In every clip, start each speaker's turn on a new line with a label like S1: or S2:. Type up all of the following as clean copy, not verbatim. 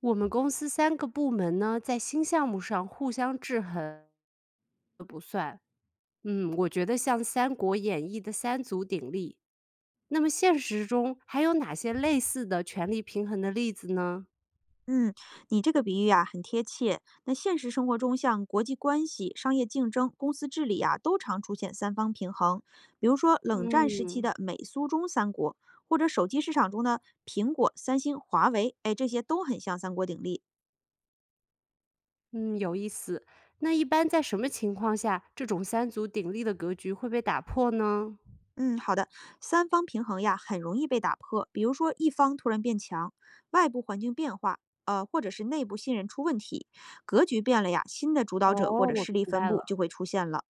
S1: 我们公司三个部门呢，在新项目上互相制衡，都不算。嗯，我觉得像《三国演义》的三足鼎立。那么现实中还有哪些类似的权力平衡的例子呢？
S2: 嗯，你这个比喻啊很贴切。那现实生活中，像国际关系、商业竞争、公司治理啊，都常出现三方平衡。比如说，冷战时期
S1: 嗯
S2: 的美苏中三国，或者手机市场中的苹果、三星、华为，哎，这些都很像三国鼎立。
S1: 嗯，有意思。那一般在什么情况下，这种三足鼎立的格局会被打破呢？
S2: 嗯，好的，三方平衡呀，很容易被打破。比如说，一方突然变强，外部环境变化，或者是内部信任出问题，格局变了呀，新的主导者或
S1: 哦，
S2: 者
S1: 我
S2: 势力
S1: 明
S2: 分
S1: 白
S2: 布
S1: 了。
S2: 就会出现了。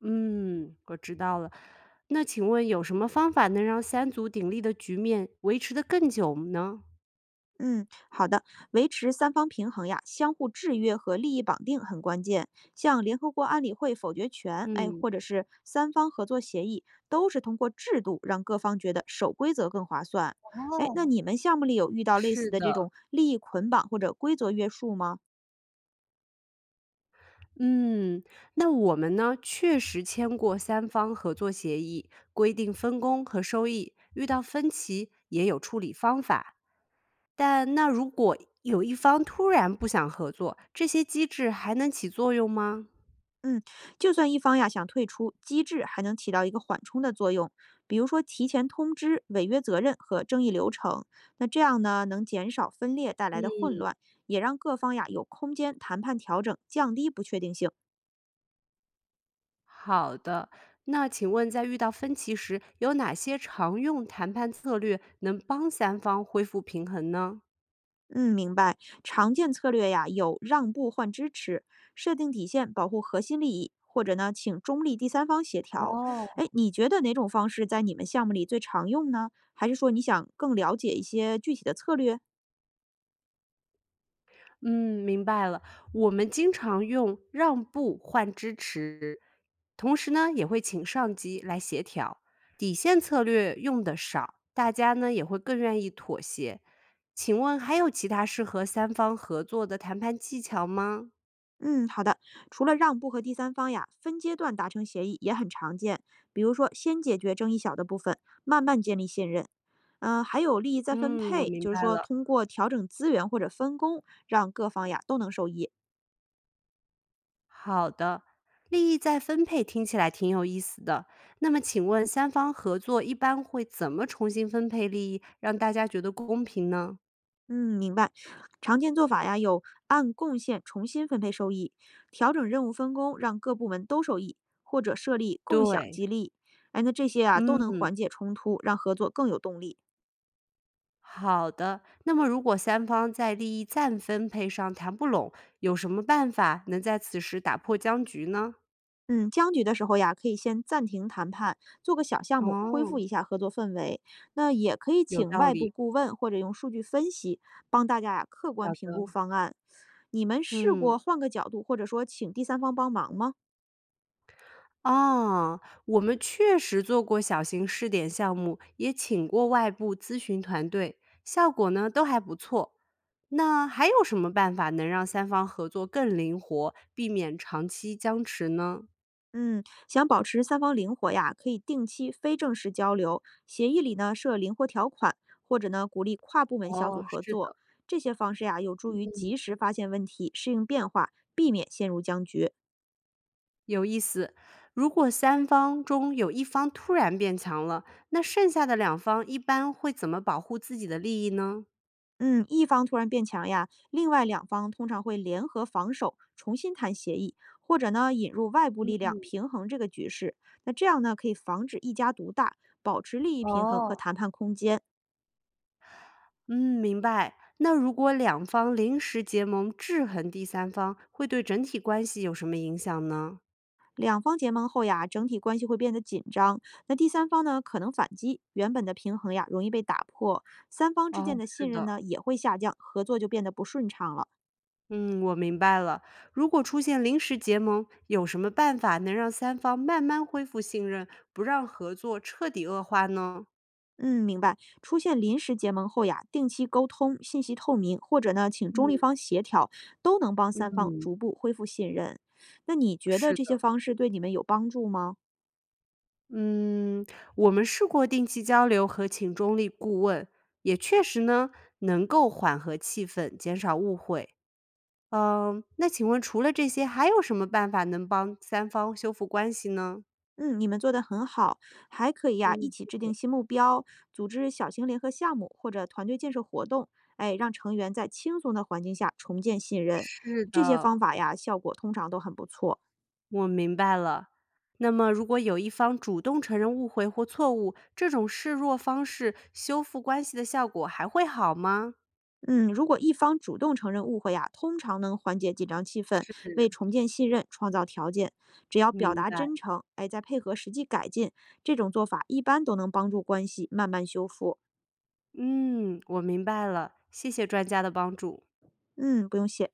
S1: 嗯，我知道了。那请问有什么方法能让三足鼎立的局面维持得更久呢？
S2: 嗯，好的，维持三方平衡呀，相互制约和利益绑定很关键。像联合国安理会否决权，哎，
S1: 嗯。
S2: 或者是三方合作协议，都是通过制度让各方觉得守规则更划算。哎，那
S1: 哦，
S2: 你们项目里有遇到类
S1: 是
S2: 似的
S1: 的。
S2: 这种利益捆绑或者规则约束吗？
S1: 嗯，那我们呢，确实签过三方合作协议，规定分工和收益，遇到分歧也有处理方法。但那如果有一方突然不想合作，这些机制还能起作用吗？
S2: 嗯，就算一方呀想退出，机制还能起到一个缓冲的作用，比如说提前通知违约责任和争议流程。那这样呢，能减少分裂带来的混乱，也让各方呀有空间谈判调整，降低不确定性。
S1: 好的，那请问在遇到分歧时，有哪些常用谈判策略能帮三方恢复平衡呢？
S2: 嗯，明白。常见策略呀有让步换支持，设定底线保护核心利益，或者呢请中立第三方协调。
S1: 哦。
S2: 哎，你觉得哪种方式在你们项目里最常用呢？还是说你想更了解一些具体的策略？
S1: 嗯，明白了。我们经常用让步换支持，同时呢也会请上级来协调。底线策略用的少，大家呢也会更愿意妥协。请问还有其他适合三方合作的谈判技巧吗？
S2: 嗯，好的。除了让步和第三方呀，分阶段达成协议也很常见。比如说，先解决争议小的部分，慢慢建立信任。嗯、还有利益再分
S1: 嗯，我
S2: 配，
S1: 明
S2: 就是
S1: 白
S2: 说
S1: 了。
S2: 通过调整资源或者分工，让各方呀都能受益。
S1: 好的，利益再分配听起来挺有意思的。那么，请问三方合作一般会怎么重新分配利益，让大家觉得公平呢？
S2: 嗯，明白。常见做法呀有按贡献重新分配收益，调整任务分工，让各部门都受益，或者设立共享
S1: 对，
S2: 激励。哎，那这些啊都能
S1: 嗯。
S2: 缓解冲突，让合作更有动力。
S1: 好的，那么如果三方在利益暂分配上谈不拢，有什么办法能在此时打破僵局呢？
S2: 嗯，僵局的时候呀，可以先暂停谈判，做个小项目，恢
S1: 哦，
S2: 复一下合作氛围。那也可以
S1: 有
S2: 请
S1: 道
S2: 外部
S1: 理，
S2: 顾问或者用数据分析帮大家呀客观
S1: 好
S2: 评
S1: 的，
S2: 估方案。你们试
S1: 嗯。
S2: 过换个角度，或者说请第三方帮忙吗？
S1: 哦，我们确实做过小型试点项目，也请过外部咨询团队，效果呢都还不错。那还有什么办法能让三方合作更灵活，避免长期僵持呢？
S2: 嗯，想保持三方灵活呀，可以定期非正式交流，协议里呢设灵活条款，或者呢鼓励跨部门小组
S1: 哦，
S2: 合
S1: 是
S2: 作。
S1: 的。
S2: 这些方式呀，有助于及时发现问题，适应变化，避免陷入僵局。
S1: 有意思。如果三方中有一方突然变强了，那剩下的两方一般会怎么保护自己的利益呢？
S2: 嗯，一方突然变强呀，另外两方通常会联合防守，重新谈协议，或者呢引入外部力量平衡这个局势。那这样呢可以防止一家独大，保持利益平衡和
S1: 哦，
S2: 谈判空间。
S1: 嗯，明白。那如果两方临时结盟制衡第三方，会对整体关系有什么影响呢？
S2: 两方结盟后呀，整体关系会变得紧张。那第三方呢可能反击，原本的平衡呀容易被打破，三方之
S1: 哦，
S2: 间的
S1: 是
S2: 信
S1: 的。
S2: 任呢也会下降，合作就变得不顺畅了。
S1: 嗯，我明白了。如果出现临时结盟，有什么办法能让三方慢慢恢复信任，不让合作彻底恶化呢？
S2: 嗯，明白。出现临时结盟后呀，定期沟通、信息透明，或者呢，请中立方协调，都能帮三方
S1: 嗯，
S2: 逐步恢复信任。那你觉得
S1: 是
S2: 这些方式对你们有帮助吗？
S1: 嗯，我们试过定期交流和请中立顾问，也确实呢能够缓和气氛，减少误会。嗯，那请问除了这些，还有什么办法能帮三方修复关系呢？
S2: 嗯，你们做得很好，还可以呀，一
S1: 嗯，
S2: 起
S1: 谢
S2: 制定
S1: 谢。
S2: 新目标，组织小型联合项目或者团队建设活动，哎，让成员在轻松的环境下重建信任。
S1: 是
S2: 这些
S1: 的，
S2: 方法呀，效果通常都很不错。
S1: 我明白了。那么，如果有一方主动承认误会或错误，这种示弱方式修复关系的效果还会好吗？
S2: 嗯，如果一方主动承认误会呀、通常能缓解紧张气氛，
S1: 是，
S2: 为重建信任创造条件。只要表
S1: 明
S2: 达
S1: 白。
S2: 真诚，哎，再配合实际改进，这种做法一般都能帮助关系慢慢修复。
S1: 嗯，我明白了，谢谢专家的帮助。
S2: 嗯，不用谢。